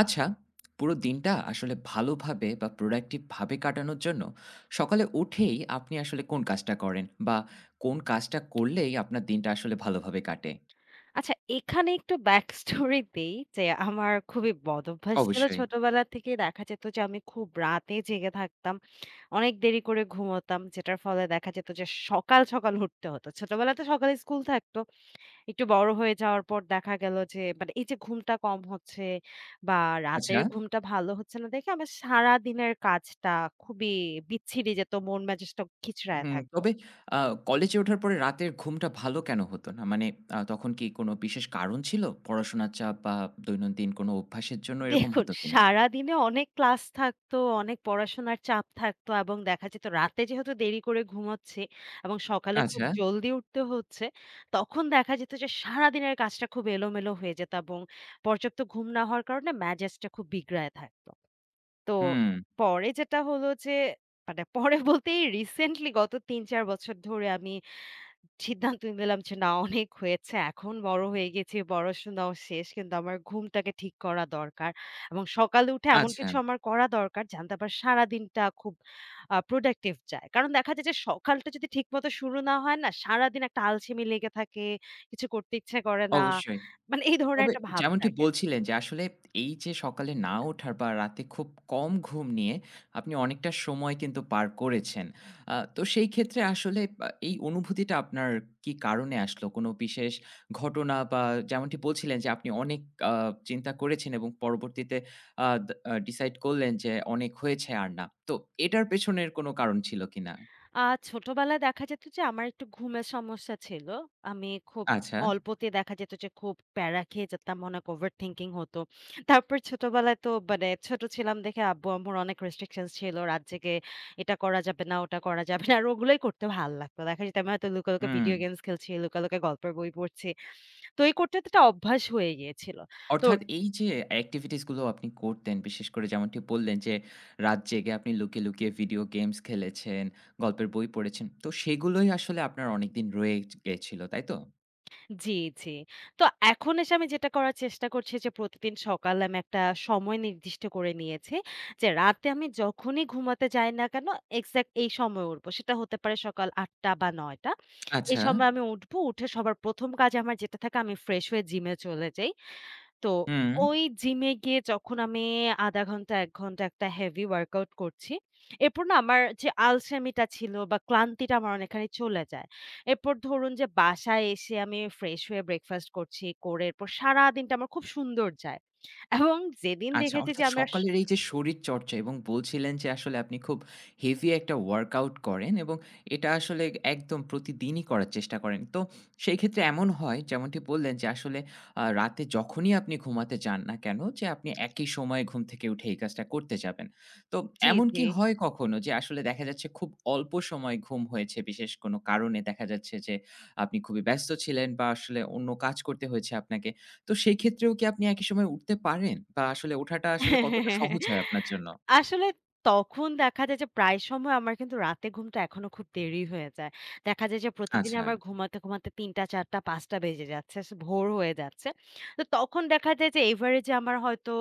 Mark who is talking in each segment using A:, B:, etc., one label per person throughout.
A: আচ্ছা, পুরো দিনটা আসলে ভালোভাবে বা প্রোডাক্টিভ ভাবে কাটানোর জন্য সকালে উঠেই আপনি আসলে কোন কাজটা করেন? বা কোন কাজটা করলেই আপনার দিনটা আসলে ভালোভাবে কাটে?
B: আচ্ছা, এখানে একটু ব্যাক স্টোরি দেই যে আমার খুবই বদ অভ্যাস ছিল
A: অবশ্যই।
B: ছোটবেলা থেকে। দেখা যেত যে আমি খুব রাতে জেগে থাকতাম, অনেক দেরি করে ঘুমোতাম, যেটার ফলে দেখা যেত যে সকাল সকাল উঠতে হতো। ছোটবেলাতে সকালে স্কুল থাকতো। একটু বড় হয়ে যাওয়ার পর দেখা গেল যে মানে এই যে ঘুমটা কম হচ্ছে বা
A: আচ্ছা,
B: রাতের ঘুমটা ভালো হচ্ছে না দেখে আমার সারা দিনের কাজটা খুবই বিচ্ছিরি যেত, মন মেজাজটা খিচড়ায়
A: হুম,
B: থাকতো।
A: তবে আ কলেজে ওঠার পরে রাতের ঘুমটা ভালো কেন হতো না? মানে তখন কি কোনো বিশেষ কারণ ছিল? পড়াশোনার চাপ বা দৈনন্দিন কোনো অভ্যাসের জন্য এরকম
B: দেখুন,
A: হতো কিনা?
B: সারাদিনে অনেক ক্লাস থাকতো, অনেক পড়াশোনার চাপ থাকতো এবং দেখা যেত রাতে যেহেতু দেরি করে ঘুমোচ্ছি এবং সকালে খুব
A: আচ্ছা,
B: জলদি উঠতে হচ্ছে, তখন দেখা যেত যে সারাদিনের কাজটা খুব এলোমেলো হয়ে যেত এবং পর্যাপ্ত ঘুম না হওয়ার কারণে মেজাজটা খুব বিগড়ায় থাকতো। তো
A: হুম,
B: পরে যেটা হলো যে মানে পরে বলতে এই রিসেন্টলি গত ৩-৪ বছর ধরে আমি সিদ্ধান্ত নিলাম যে না, অনেক হয়েছে। এখন বড় হয়ে গেছি, পড়াশোনাও শেষ। কিন্তু আমার ঘুমটাকে ঠিক করা দরকার। এবং সকালে উঠে এমন
A: আচ্ছা,
B: কিছু আমার করা দরকার জানতে আবার সারাদিনটা খুব প্রোডাক্টিভ যায়। কারণ দেখা যায় যে সকালটা যদি ঠিকমতো শুরু না হয় না, সারাদিন একটা আলসেমি লেগে থাকে, কিছু করতে ইচ্ছে করে না।
A: অবশ্যই।
B: মানে এই ধরনের
A: তবে
B: একটা ভাব
A: যেমনটি
B: থাকে।
A: বলছিলেন যে আসলে এই যে সকালে না ওঠার বা রাতে খুব কম ঘুম নিয়ে আপনি অনেকটা সময় কিন্তু পার করেছেন। তো সেই ক্ষেত্রে আসলে এই অনুভূতিটা আপনার কি কারণে আসলো? কোনো বিশেষ ঘটনা বা যেমনটি বলছিলেন যে আপনি অনেক আ চিন্তা করেছেন এবং পরবর্তীতে আ দা ডিসাইড করলেন যে অনেক হয়েছে আর না। তো এটার পেছনের কোনো কারণ ছিল কিনা?
B: আ ছোটবেলায় দেখা যেত যে আমার একটু ঘুমের সমস্যা ছিল। আমি খুব
A: আচ্ছা।
B: অল্পতে দেখা যেত যে খুব প্যারা খেয়ে যেতাম, অনেক ওভার থিংকিং হতো। তারপর ছোটবেলায় তো মানে ছোট ছিলাম দেখে আব্বু-আম্মুর অনেক রেস্ট্রিকশনস ছিল। রাত জেগে এটা করা যাবে না, ওটা করা যাবে না। আর ওগুলোই করতে ভাল লাগতো। দেখা যেত আমি হয়তো লুকায়, লুকায়
A: হুম।
B: ভিডিও গেমস খেলছি, লুকায়, লুকায় গল্পের বই পড়ছি। তো এই করতে, করতে একটা অভ্যাস হয়ে গিয়েছিল। তো
A: অর্থাৎ এই যে অ্যাক্টিভিটিস গুলো আপনি করতেন, বিশেষ করে যেমনটি বললেন যে, রাত জেগে আপনি লুকিয়ে, লুকিয়ে ভিডিও গেমস খেলেছেন, গল্পের বই পড়েছেন। তো সেগুলোই আসলে আপনার অনেকদিন রয়ে গেছিল, তাই তো?
B: জি, জি। তো এখন এসে আমি যেটা করার চেষ্টা করছি যে প্রতিদিন সকালে আমি একটা সময় নির্দিষ্ট করে নিয়েছি। যে রাতে আমি যখনই ঘুমাতে যাই না কেন, এক্সাক্ট এই সময়ে উঠবো। সেটা হতে পারে সকাল ৮ঃ০০ বা ৯ঃ০০। এই
A: আচ্ছা।
B: সময় আমি উঠবো। উঠে সবার ১ম কাজ আমার যেটা থাকে, আমি ফ্রেশ হয়ে জিমে চলে যাই। তো
A: হুম।
B: ওই জিমে গিয়ে যখন আমি ০.৫ ঘন্টা ১ ঘন্টা একটা হেভি ওয়ার্কআউট করছি, এরপর না আমার যে আলসেমিটা ছিল বা ক্লান্তিটা আমার অনেকখানি চলে যায়। এরপর ধরুন যে বাসায় এসে আমি ফ্রেশ হয়ে ব্রেকফাস্ট করছি, করে এরপর সারাদিনটা আমার খুব সুন্দর যায়। এবং যেদিন
A: আচ্ছা,
B: দেখেছি যে
A: অর্থাৎ
B: আমি আস
A: সকালের এই যে শরীরচর্চা এবং বলছিলেন যে আসলে আপনি খুব হেভি একটা ওয়ার্কআউট করেন এবং এটা আসলে একদম প্রতিদিনই করার চেষ্টা করেন। তো সেই ক্ষেত্রে এমন হয় যেমনটি বললেন যে আসলে রাতে যখনই আপনি ঘুমাতে যান না কেন যে আপনি একই সময়ে ঘুম থেকে উঠে এই কাজটা করতে যাবেন। তো
B: জি,
A: এমন কি
B: জি।
A: হয় কখনো যে আসলে দেখা যাচ্ছে খুব অল্প সময় ঘুম হয়েছে বিশেষ কোনো কারণে দেখা যাচ্ছে যে আপনি খুবই ব্যস্ত ছিলেন বা আসলে অন্য কাজ করতে হয়েছে আপনাকে। তো সেই ক্ষেত্রেও কি আপনি একই সময়ে উঠতে পারেন? বা আসলে ওঠাটা আসলে কতটা সহজ হয় আপনার জন্য?
B: আসলে তখন দেখা যায় যে প্রায় সময় আমার কিন্তু রাতে ঘুমটা এখনো খুব দেরি হয়ে যায়। দেখা যায় যে প্রতিদিন
A: আচ্ছা।
B: আমার ঘুমাতে, ঘুমাতে ৩টা, ৪টা, ৫টা বেজে যাচ্ছে। ভোর হয়ে যাচ্ছে। তো তখন দেখা যায় যে এভারেজে আমার হয়তো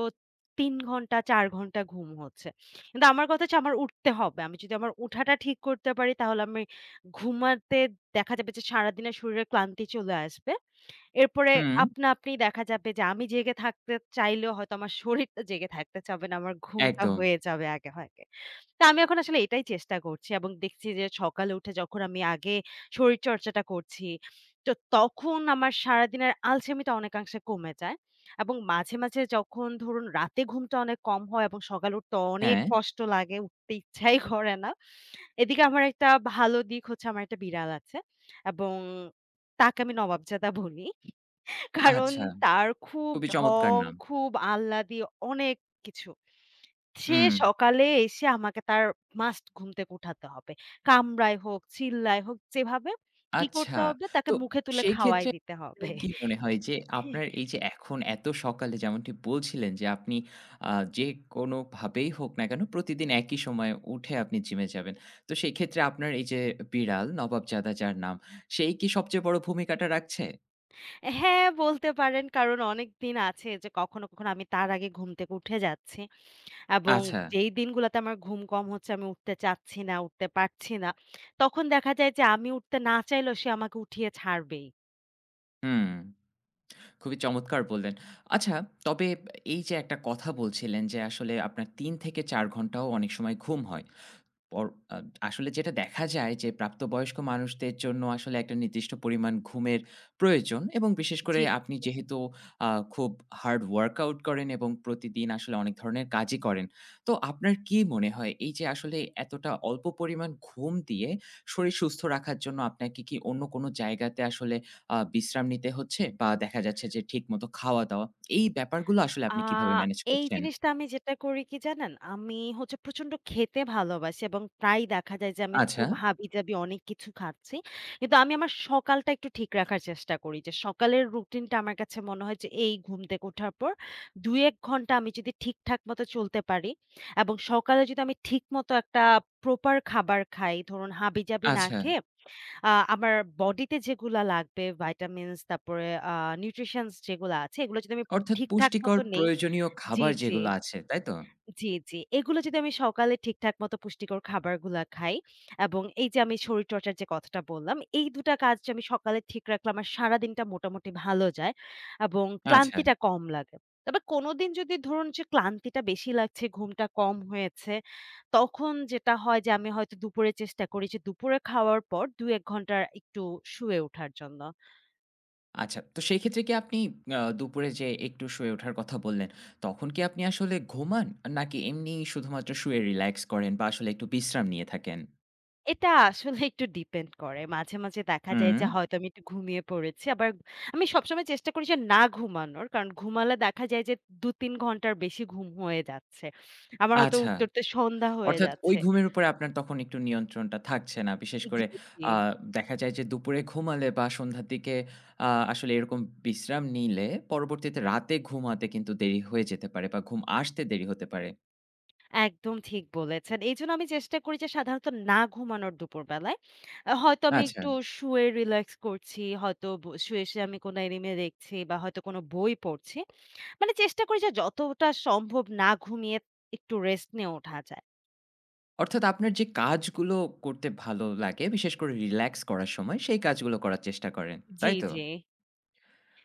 B: ৩ ঘন্টা, ৪ ঘন্টা ঘুম হচ্ছে। কিন্তু আমার কথা হচ্ছে আমার উঠতে হবে। আমি যদি আমার উঠাটা ঠিক করতে পারি তাহলে আমি ঘুমাতে দেখা যাবে যে সারাদিনের শরীরে ক্লান্তি চলে আসবে। এরপরে
A: হুম,
B: আপনা-আপনি দেখা যাবে যে আমি জেগে থাকতে চাইলেও হয়তো আমার শরীরটা জেগে থাকতে চাবে না। আমার ঘুমটা
A: একদম।
B: হয়ে যাবে আগে আগে। তো আমি এখন আসলে এটাই চেষ্টা করছি এবং দেখছি যে সকালে উঠে যখন আমি আগে শরীরচর্চাটা করছি, তো তখন আমার সারাদিনের আলসেমিটা অনেকাংশে কমে যায়। এবং মাঝে, মাঝে যখন ধরুন রাতে ঘুমটা অনেক কম হয় এবং সকালে উঠতে অনেক
A: হ্যাঁ,
B: কষ্ট লাগে, উঠতে ইচ্ছাই করে না। এদিকে আমার একটা ভালো দিক হচ্ছে আমার একটা বিড়াল আছে এবং তাকে আমি নবাবজাদা বলি। কারণ
A: আচ্ছা।
B: তার খুব
A: খুবই চমৎকার
B: ঢং,
A: নাম।
B: খুব আহ্লাদি অনেক কিছু। সে
A: হুম,
B: সকালে এসে আমাকে তার মাস্ট ঘুম থেকে উঠাতে হবে। কামড়ায় হোক, চিল্লায় হোক, যেভাবে কি
A: আচ্ছা।
B: করতে হবে, তাকে
A: তো
B: মুখে তুলে
A: সেই
B: খাওয়ায়
A: ক্ষেত্রে
B: দিতে হবে।
A: আপনার কি মনে হয় যে আপনার এই যে এখন এত সকালে যেমনটি বলছিলেন যে আপনি আ যে কোনোভাবেই হোক না কেন প্রতিদিন একই সময়ে উঠে আপনি জিমে যাবেন। তো সেই ক্ষেত্রে আপনার এই যে বিড়াল নবাবজাদা যার নাম, সেই কি সবচেয়ে বড় ভূমিকাটা রাখছে?
B: হ্যাঁ, বলতে পারেন, কারণ অনেকদিন আছে যে কখনো, কখনো আমি তার আগে ঘুম থেকে উঠে যাচ্ছি এবং
A: আচ্ছা,
B: যেই দিনগুলাতে আমার ঘুম কম হচ্ছে আমি উঠতে চাচ্ছি না, উঠতে পারছি না। তখন দেখা যায় যে আমি উঠতে না চাইলেও সে আমাকে উঠিয়ে ছাড়বেই।
A: হুম। খুবই চমৎকার বললেন। আচ্ছা, তবে এই যে একটা কথা বলছিলেন যে আসলে আপনার ৩ থেকে ৪ ঘন্টাও অনেক সময় ঘুম হয়। পর আ আসলে যেটা দেখা যায় যে প্রাপ্তবয়স্ক মানুষদের জন্য আসলে একটা নির্দিষ্ট পরিমাণ ঘুমের প্রয়োজন এবং বিশেষ করে
B: জি।
A: আপনি যেহেতু আ খুব হার্ড ওয়ার্কআউট করেন এবং প্রতিদিন আসলে অনেক ধরনের কাজই করেন। তো আপনার কি মনে হয় এই যে আসলে এতটা অল্প পরিমাণ ঘুম দিয়ে শরীর সুস্থ রাখার জন্য আপনাকে কি অন্য কোনো জায়গাতে আসলে বিশ্রাম নিতে হচ্ছে? বা দেখা যাচ্ছে যে ঠিকমতো খাওয়া-দাওয়া এই ব্যাপারগুলো আসলে
B: আ
A: আপনি কিভাবে ম্যানেজ
B: এই
A: করছেন?
B: জিনিসটা আমি যেটা করি কি জানেন? আমি হচ্ছে প্রচন্ড খেতে ভালোবাসি এবং প্রায়ই দেখা যায় যে আমি
A: আচ্ছা,
B: খুব হাবিজাবি অনেক কিছু খাচ্ছি। কিন্তু আমি আমার সকালটা একটু ঠিক রাখার চেষ্টা করি। যে সকালের রুটিনটা আমার কাছে মনে হয় যে এই ঘুম থেকে ওঠার পর ২-১ ঘন্টা আমি যদি ঠিকঠাক মতো চলতে পারি এবং সকালে যদি আমি ঠিকমতো একটা প্রপার খাবার খাই, ধরুন হাবিজাবি না
A: আচ্ছা।
B: খেয়ে আমার বডিতে যেগুলা লাগবে, ভাইটামিনস, তারপরে নিউট্রিশনস যেগুলা আছে, এগুলো যদি আমি
A: অর্থাৎ
B: ঠিকঠাক
A: পুষ্টিকর
B: মতো নেই,
A: প্রয়োজনীয়
B: জি,
A: খাবার
B: জি,
A: যেগুলো আছে, তাই তো?
B: জি, জি। এগুলো যদি আমি সকালে ঠিকঠাক মতো পুষ্টিকর খাবারগুলা খাই এবং এই যে আমি শরীরচর্চার যে কথাটা বললাম, এই ২ টা কাজ যদি আমি সকালে ঠিক রাখলে আমার সারাদিনটা মোটামুটি ভালো যায় এবং
A: আচ্ছা,
B: ক্লান্তিটা কম লাগে। তবে কোনোদিন যদি ধরুন যে ক্লান্তিটা বেশি লাগছে, ঘুমটা কম হয়েছে, তখন যেটা হয় যে আমি হয়তো দুপুরে চেষ্টা করি যে দুপুরে খাওয়ার পর ২-১ ঘন্টা একটু শুয়ে ওঠার জন্য।
A: আচ্ছা। তো সেই ক্ষেত্রে কি আপনি দুপুরে যে একটু শুয়ে ওঠার কথা বললেন, তখন কি আপনি আসলে ঘুমান? নাকি এমনি শুধুমাত্র শুয়ে রিল্যাক্স করেন বা আসলে একটু বিশ্রাম নিয়ে থাকেন?
B: এটা আসলে একটু ডিপেন্ড করে। মাঝে, মাঝে দেখা যায়
A: হুম,
B: যে হয়তো আমি একটু ঘুমিয়ে পড়েছি। আবার আমি সবসময় চেষ্টা করি যে না ঘুমানোর। কারণ ঘুমালে দেখা যায় যে ২-৩ ঘন্টার বেশি ঘুম হয়ে যাচ্ছে। আমার হয়তো
A: আচ্ছা।
B: উঠতে, উঠতে সন্ধ্যা হয়ে
A: অর্থাৎ ওই
B: যাচ্ছে।
A: ঘুমের উপরে আপনার তখন একটু নিয়ন্ত্রণটা থাকছে না। বিশেষ
B: জি,
A: করে
B: জি।
A: আ দেখা যায় যে দুপুরে ঘুমালে বা সন্ধ্যার দিকে আসলে এরকম বিশ্রাম নিলে পরবর্তীতে রাতে ঘুমাতে কিন্তু দেরি হয়ে যেতে পারে বা ঘুম আসতে দেরি হতে পারে।
B: একদম ঠিক বলেছেন। এইজন্য আমি চেষ্টা করি যে সাধারণত না ঘুমানোর দুপুরবেলায়। হয়তো আমি
A: আচ্ছা।
B: একটু শুয়ে রিল্যাক্স করছি, হয়তো শুয়ে, শুয়ে আমি কোনো অ্যানিমে দেখছি বা হয়তো কোনো বই পড়ছি। মানে চেষ্টা করি যে যতটা সম্ভব না ঘুমিয়ে একটু রেস্ট নিয়ে ওঠা যায়।
A: অর্থাৎ আপনার যে কাজগুলো করতে ভালো লাগে, বিশেষ করে রিল্যাক্স করার সময়, সেই কাজগুলো করার চেষ্টা করেন,
B: জি,
A: তাই তো?
B: জি।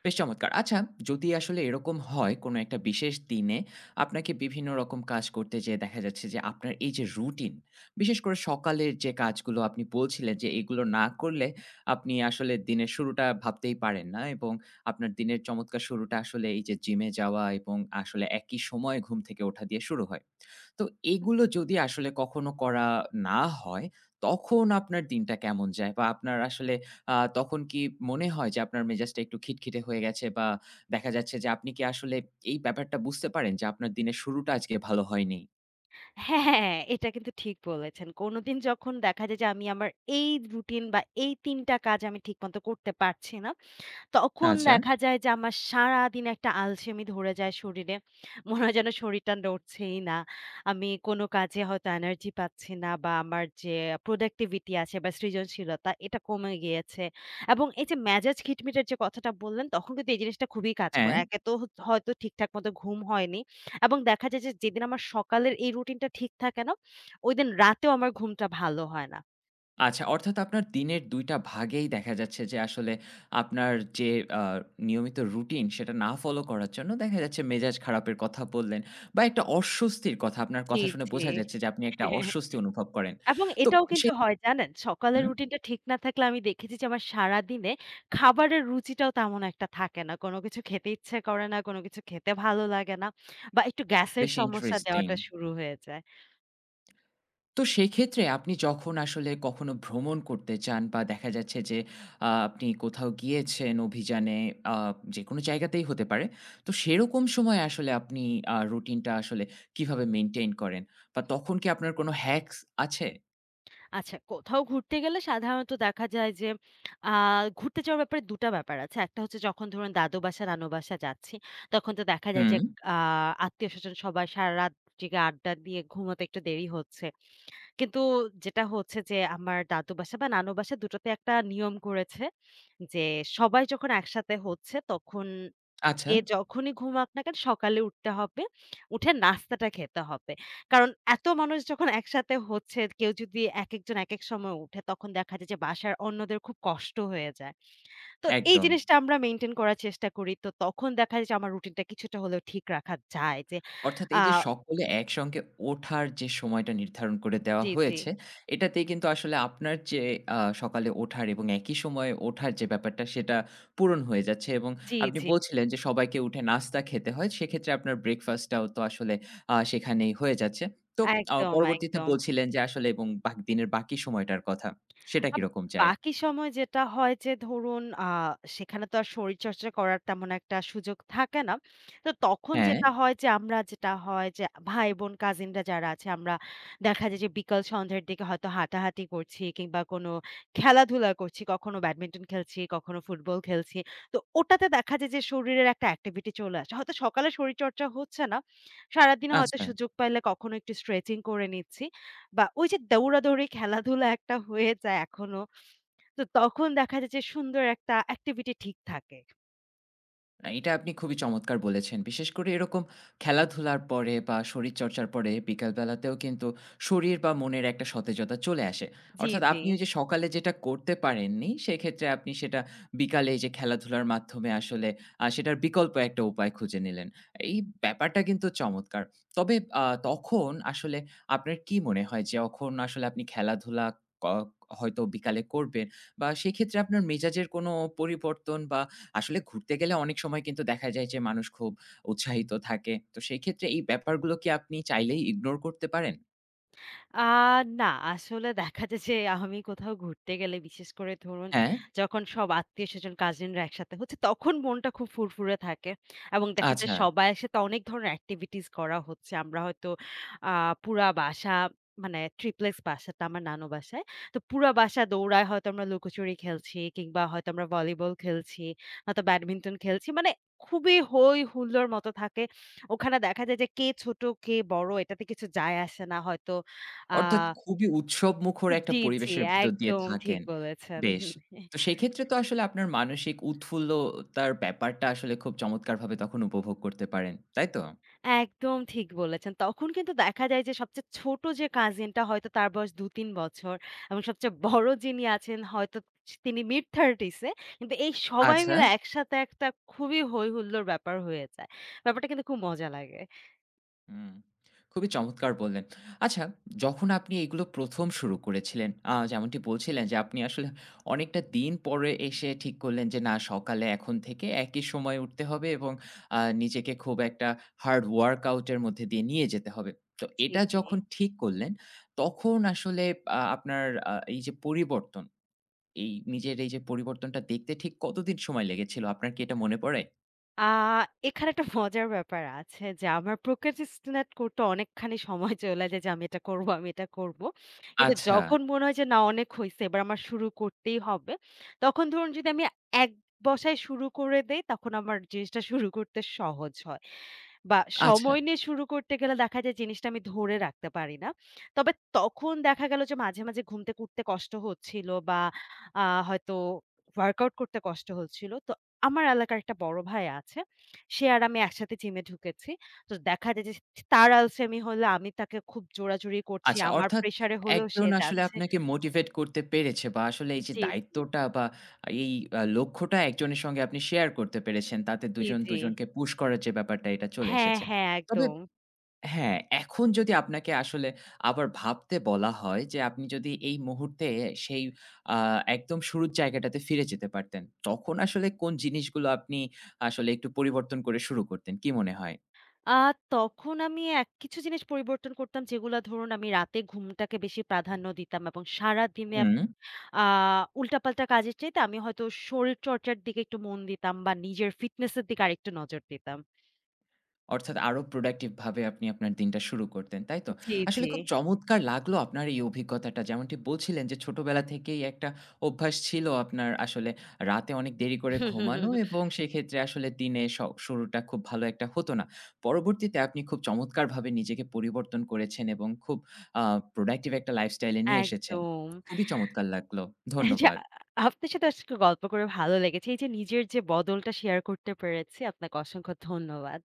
A: বেশ চমৎকার। আচ্ছা, যদি আসলে এরকম হয় কোনো একটা বিশেষ দিনে আপনাকে বিভিন্ন রকম কাজ করতে যেয়ে দেখা যাচ্ছে যে আপনার এই যে রুটিন, বিশেষ করে সকালের যে কাজগুলো আপনি বলছিলেন যে এগুলো না করলে আপনি আসলে দিনের শুরুটা ভাবতেই পারেন না এবং আপনার দিনের চমৎকার শুরুটা আসলে এই যে জিমে যাওয়া এবং আসলে একই সময়ে ঘুম থেকে ওঠা দিয়ে শুরু হয়। তো এগুলো যদি আসলে কখনো করা না হয়, তখন আপনার দিনটা কেমন যায়? বা আপনার আসলে তখন কি মনে হয় যে আপনার মেজাজটা একটু খিটখিটে হয়ে গেছে? বা দেখা যাচ্ছে যে আপনি কি আসলে এই ব্যাপারটা বুঝতে পারেন যে আপনার দিনের শুরুটা আজকে ভালো হয়নি?
B: হ্যাঁ, এটা কিন্তু ঠিক বলেছেন। কোনোদিন যখন দেখা যায় যে আমি আমার এই রুটিন বা এই ৩ টা কাজ আমি ঠিকমতো করতে পারছি না, তখন
A: আচ্ছা,
B: দেখা যায় যে আমার সারাদিন একটা আলসেমি ধরে যায় শরীরে। মনে হয় যেন শরীরটা নড়ছেই না। আমি কোনো কাজে হয়তো এনার্জি পাচ্ছি না বা আমার যে প্রোডাক্টিভিটি আছে বা সৃজনশীলতা, এটা কমে গিয়েছে। এবং এই যে মেজাজ খিটমিটের যে কথাটা বললেন তখন কিন্তু এই জিনিসটা খুবই কাজ করে।
A: হ্যাঁ।
B: একে তো হয়তো ঠিকঠাক মতো ঘুম হয়নি এবং দেখা যায় যে যেদিন আমার সকালের এই রুটিনটা ঠিক থাকে না, ওইদিন রাতেও আমার ঘুমটা ভালো হয় না।
A: আচ্ছা, অর্থাৎ আপনার দিনের ২ টা ভাগেই দেখা যাচ্ছে যে আসলে আপনার যে আ নিয়মিত রুটিন সেটা না ফলো করার জন্য দেখা যাচ্ছে মেজাজ খারাপের কথা বললেন বা একটা অস্বস্তির কথা আপনার
B: জি,
A: কথা শুনে
B: জি।
A: বোঝা যাচ্ছে যে আপনি একটা অস্বস্তি অনুভব করেন।
B: এবং
A: তো
B: এটাও কিন্তু
A: সেই
B: হয় জানেন, সকালের
A: হুম,
B: রুটিনটা ঠিক না থাকলে আমি দেখেছি যে আমার সারাদিনে খাবারের রুচিটাও তেমন একটা থাকে না। কোনো কিছু খেতে ইচ্ছে করে না, কোনো কিছু খেতে ভালো লাগে না বা একটু গ্যাসের
A: বেশ
B: সমস্যা
A: ইন্টারেস্টিং।
B: দেওয়াটা শুরু হয়ে যায়।
A: তো সেক্ষেত্রে আপনি যখন আসলে কখনো ভ্রমণ করতে চান বা দেখা যাচ্ছে যে আপনি কোথাও গিয়েছেন অভিযানে আ যেকোনো জায়গাতেই হতে পারে। তো সেরকম সময় আসলে আপনি রুটিনটা আসলে কিভাবে মেইনটেইন করেন? বা তখন কি আপনার কোনো হ্যাকস আছে?
B: আচ্ছা, কোথাও ঘুরতে গেলে সাধারণত দেখা যায় যে আ ঘুরতে যাওয়ার ব্যাপারে ২ টা ব্যাপার আছে। একটা হচ্ছে যখন ধরুন দাদু বাসা, নানু বাসা যাচ্ছি, তখন তো দেখা যায়
A: হুম,
B: যে আ আত্মীয়স্বজন সবাই সারারাত জেগে আড্ডা দিয়ে ঘুমোতে একটু দেরি হচ্ছে। কিন্তু যেটা হচ্ছে যে আমার দাদু বাসা বা নানু বাসা দুটোতে একটা নিয়ম করেছে যে সবাই যখন একসাথে হচ্ছে তখন
A: আচ্ছা,
B: যে যখনই ঘুমাক না কেন সকালে উঠতে হবে, উঠে নাস্তাটা খেতে হবে, কারণ এত মানুষ যখন একসাথে হচ্ছে কেউ যদি এক একজন এক এক সময় উঠে, তখন দেখা যায় যে বাসার অন্যদের খুব কষ্ট হয়ে যায়। তো এই
A: একদম।
B: জিনিসটা আমরা মেনটেন করার চেষ্টা করি। তো তখন দেখা যায় যে আমার রুটিনটা কিছুটা হলেও ঠিক রাখা যায় যে
A: অর্থাৎ এই যে
B: আহ
A: সকলে একসঙ্গে ওঠার যে সময়টা নির্ধারণ করে দেওয়া
B: জি জি
A: হয়েছে, এটাতেই কিন্তু আসলে আপনার যে আ সকালে ওঠার এবং একই সময়ে ওঠার যে ব্যাপারটা সেটা পূরণ হয়ে যাচ্ছে এবং
B: জি
A: আপনি
B: জি
A: বলছিলেন যে সবাইকে উঠে নাস্তা খেতে হয়। সেক্ষেত্রে আপনার ব্রেকফাস্টটাও তো আসলে সেখানেই হয়ে যাচ্ছে। তো
B: একদম
A: পরবর্তীতে
B: একদম
A: বলছিলেন যে আসলে এবং বাক দিনের বাকি সময়টার কথা। সেটা
B: আব
A: কিরকম যায়?
B: বাকি সময় যেটা হয় যে ধরুন সেখানে তো আর শরীরচর্চা করার তেমন একটা সুযোগ থাকে না। তো তখন
A: হ্যাঁ,
B: যেটা হয় যে ভাই-বোন কাজিনরা যারা আছে আমরা দেখা যায় যে বিকাল সন্ধ্যার দিকে হয়তো হাঁটাহাঁটি করছি কিংবা কোনো খেলাধুলা করছি। কখনো ব্যাডমিন্টন খেলছি, কখনো ফুটবল খেলছি। তো ওটাতে দেখা যায় যে শরীরের একটা অ্যাক্টিভিটি চলে আসে। হয়তো সকালে শরীরচর্চা হচ্ছে না। সারাদিনে হয়তো
A: আচ্ছা।
B: সুযোগ পাইলে কখনো একটু স্ট্রেচিং করে নিচ্ছি। বা ওই যে দৌড়াদৌড়ি, খেলাধুলা একটা হয়ে যায় এখনো। তো তখন দেখা যায় যে সুন্দর একটা activity ঠিক থাকে।
A: না, এটা আপনি খুবই চমৎকার বলেছেন। বিশেষ করে এরকম খেলাধুলার পরে বা শরীরচর্চার পরে বিকালবেলাতেও কিন্তু শরীর বা মনের একটা সতেজতা চলে আসে।
B: জি,
A: অর্থাৎ
B: জি।
A: আপনি ওই যে সকালে যেটা করতে পারেননি, সেক্ষেত্রে আপনি সেটা বিকালে এই যে খেলাধুলার মাধ্যমে আসলে সেটার বিকল্প একটা উপায় খুঁজে নিলেন। এই ব্যাপারটা কিন্তু চমৎকার। তবে তখন আসলে আপনার কি মনে হয় যখন আসলে আপনি খেলাধুলা ক হয়তো বিকালে করবেন বা সেক্ষেত্রে আপনার মেজাজের কোনো পরিবর্তন বা আসলে ঘুরতে গেলে অনেক সময় কিন্তু দেখা যায় যে মানুষ খুব উৎসাহিত থাকে। তো সেই ক্ষেত্রে এই ব্যাপারগুলো কি আপনি চাইলেই ইগনোর করতে পারেন?
B: আ না, আসলে দেখা যায় যে আমি কোথাও ঘুরতে গেলে বিশেষ করে ধরুন
A: হ্যাঁ?
B: যখন সব আত্মীয়স্বজন কাজিনরা একসাথে হচ্ছে তখন মনটা খুব ফুরফুরে থাকে এবং দেখা যায়
A: আচ্ছা।
B: সবাই একসাথে অনেক ধরনের অ্যাক্টিভিটিস করা হচ্ছে। আমরা হয়তো আ পুরা বাসা, মানে ট্রিপ্লেক্স বাসাটা আমার নানু বাসায়। তো পুরা বাসা দৌড়ায় হয়তো আমরা লুকোচুরি খেলছি কিংবা হয়তো আমরা ভলিবল খেলছি, হয়তো ব্যাডমিন্টন খেলছি। মানে খুবই হৈ হুল্লোড় মতো থাকে। ওখানে দেখা যায় যে কে ছোট কে বড় এটাতে কিছু যায় আসে না। হয়তো আ
A: অর্থাৎ খুবই উৎসবমুখর একটা
B: জি, জি,
A: পরিবেশের ভিতর দিয়ে
B: একদম ঠিক
A: থাকেন।
B: বলেছেন।
A: বেশ। তো সেই ক্ষেত্রে তো আসলে আপনার মানসিক উৎফুল্লতার ব্যাপারটা আসলে খুব চমৎকারভাবে তখন উপভোগ করতে পারেন। তাই তো?
B: একদম ঠিক বলেছেন। তখন কিন্তু দেখা যায় যে সবচেয়ে ছোট যে কাজিনটা হয়তো তার বয়স ২-৩ বছর এবং সবচেয়ে বড় যিনি আছেন হয়তো তিনি মিড 30s এ। কিন্তু এই সবাই
A: আচ্ছা।
B: মিলে একসাথে একটা খুবই হই হুল্লোড় ব্যাপার হয়ে যায়। ব্যাপারটা কিন্তু খুব মজা লাগে।
A: হুম, খুবই চমৎকার বললেন। আচ্ছা, যখন আপনি এগুলো ১ম শুরু করেছিলেন, যেমনটি বলছিলেন যে আপনি আসলে অনেকটা দিন পরে এসে ঠিক করলেন যে, "না, সকালে এখন থেকে একই সময়ে উঠতে হবে এবং নিজেকে খুব একটা হার্ড ওয়ার্কআউট এর মধ্যে দিয়ে নিয়ে যেতে হবে।" তো
B: জি,
A: এটা
B: জি।
A: যখন ঠিক করলেন, তখন আসলে আপনার এই যে পরিবর্তন, এই নিজের এই যে পরিবর্তনটা দেখতে ঠিক কতদিন সময় লেগেছিল? আপনার কি এটা মনে পড়ে?
B: আ এখানে একটা মজার ব্যাপার আছে যে আমার procrastinate করতে অনেকখানি সময় চলে যায় যে আমি এটা করব, আমি এটা করব। কিন্তু
A: আচ্ছা,
B: যখন মনে হয় যে না, অনেক হইছে, এবার আমার শুরু করতেই হবে। তখন ধরুন যদি আমি এক বসায় শুরু করে দেই তখন আমার জিনিসটা শুরু করতে সহজ হয়। বা
A: আচ্ছা।
B: সময় নিয়ে শুরু করতে গেলে দেখা যায় জিনিসটা আমি ধরে রাখতে পারি না। তবে তখন দেখা গেল যে মাঝে, মাঝে ঘুম থেকে উঠতে কষ্ট হচ্ছিল বা আ হয়তো ওয়ার্কআউট করতে কষ্ট হচ্ছিল। তো আমার এলাকার একটা বড় ভাই আছে। সে আর আমি একসাথে জিমে ঢুকেছি। তো দেখা যায় যে তার আলসেমি হলে আমি তাকে খুব জোরাজুরি করছি।
A: আচ্ছা,
B: আমার
A: অর্থাৎ
B: প্রেশারে হলেও সে
A: একজন আসলে
B: যাচ্ছে।
A: আপনাকে মোটিভেট করতে পেরেছে বা আসলে এই যে
B: জি, জি,
A: দায়িত্বটা বা এই আ লক্ষ্যটা একজনের সঙ্গে আপনি শেয়ার করতে পেরেছেন। তাতে
B: জি,
A: দুজন
B: জি।
A: দুজনকে পুশ করার যে ব্যাপারটা এটা চলে
B: হ্যাঁ,
A: এসেছে।
B: হ্যাঁ,
A: তবে
B: একদম।
A: হ্যাঁ, এখন যদি আপনাকে আসলে আবার ভাবতে বলা হয় যে আপনি যদি এই মুহূর্তে সেই আ একদম শুরুর জায়গাটাতে ফিরে যেতে পারতেন, তখন আসলে কোন জিনিসগুলো আপনি আসলে একটু পরিবর্তন করে শুরু করতেন? কি মনে হয়?
B: আ তখন আমি এক কিছু জিনিস পরিবর্তন করতাম যেগুলা ধরুন আমি রাতে ঘুমটাকে বেশি প্রাধান্য দিতাম এবং সারাদিনে
A: হুম।
B: আ উল্টাপাল্টা কাজের চাইতে আমি হয়তো শরীরচর্চার দিকে একটু মন দিতাম বা নিজের ফিটনেসের দিকে আরেকটু নজর দিতাম।
A: অর্থাৎ আরো প্রোডাক্টিভ ভাবে আপনি আপনার দিনটা শুরু করতেন, তাই তো?
B: জি,
A: আসলে
B: জি।
A: খুব চমৎকার লাগলো আপনার এই অভিজ্ঞতাটা। যেমনটি বলছিলেন যে ছোটবেলা থেকেই একটা অভ্যাস ছিল আপনার আসলে রাতে অনেক দেরি করে ঘুমানো এবং সেক্ষেত্রে আসলে দিনে স শুরুটা খুব ভালো একটা হতো না। পরবর্তীতে আপনি খুব চমৎকারভাবে নিজেকে পরিবর্তন করেছেন এবং খুব আ প্রোডাক্টিভ একটা লাইফস্টাইল এ নিয়ে এসেছেন।
B: একদম।
A: খুবই চমৎকার লাগলো।
B: যে
A: ধন্যবাদ।
B: আপনার সাথে আজকে গল্প করে ভালো লেগেছে। এই যে নিজের যে বদলটা শেয়ার করতে পেরেছি, আপনাকে অসংখ্য ধন্যবাদ।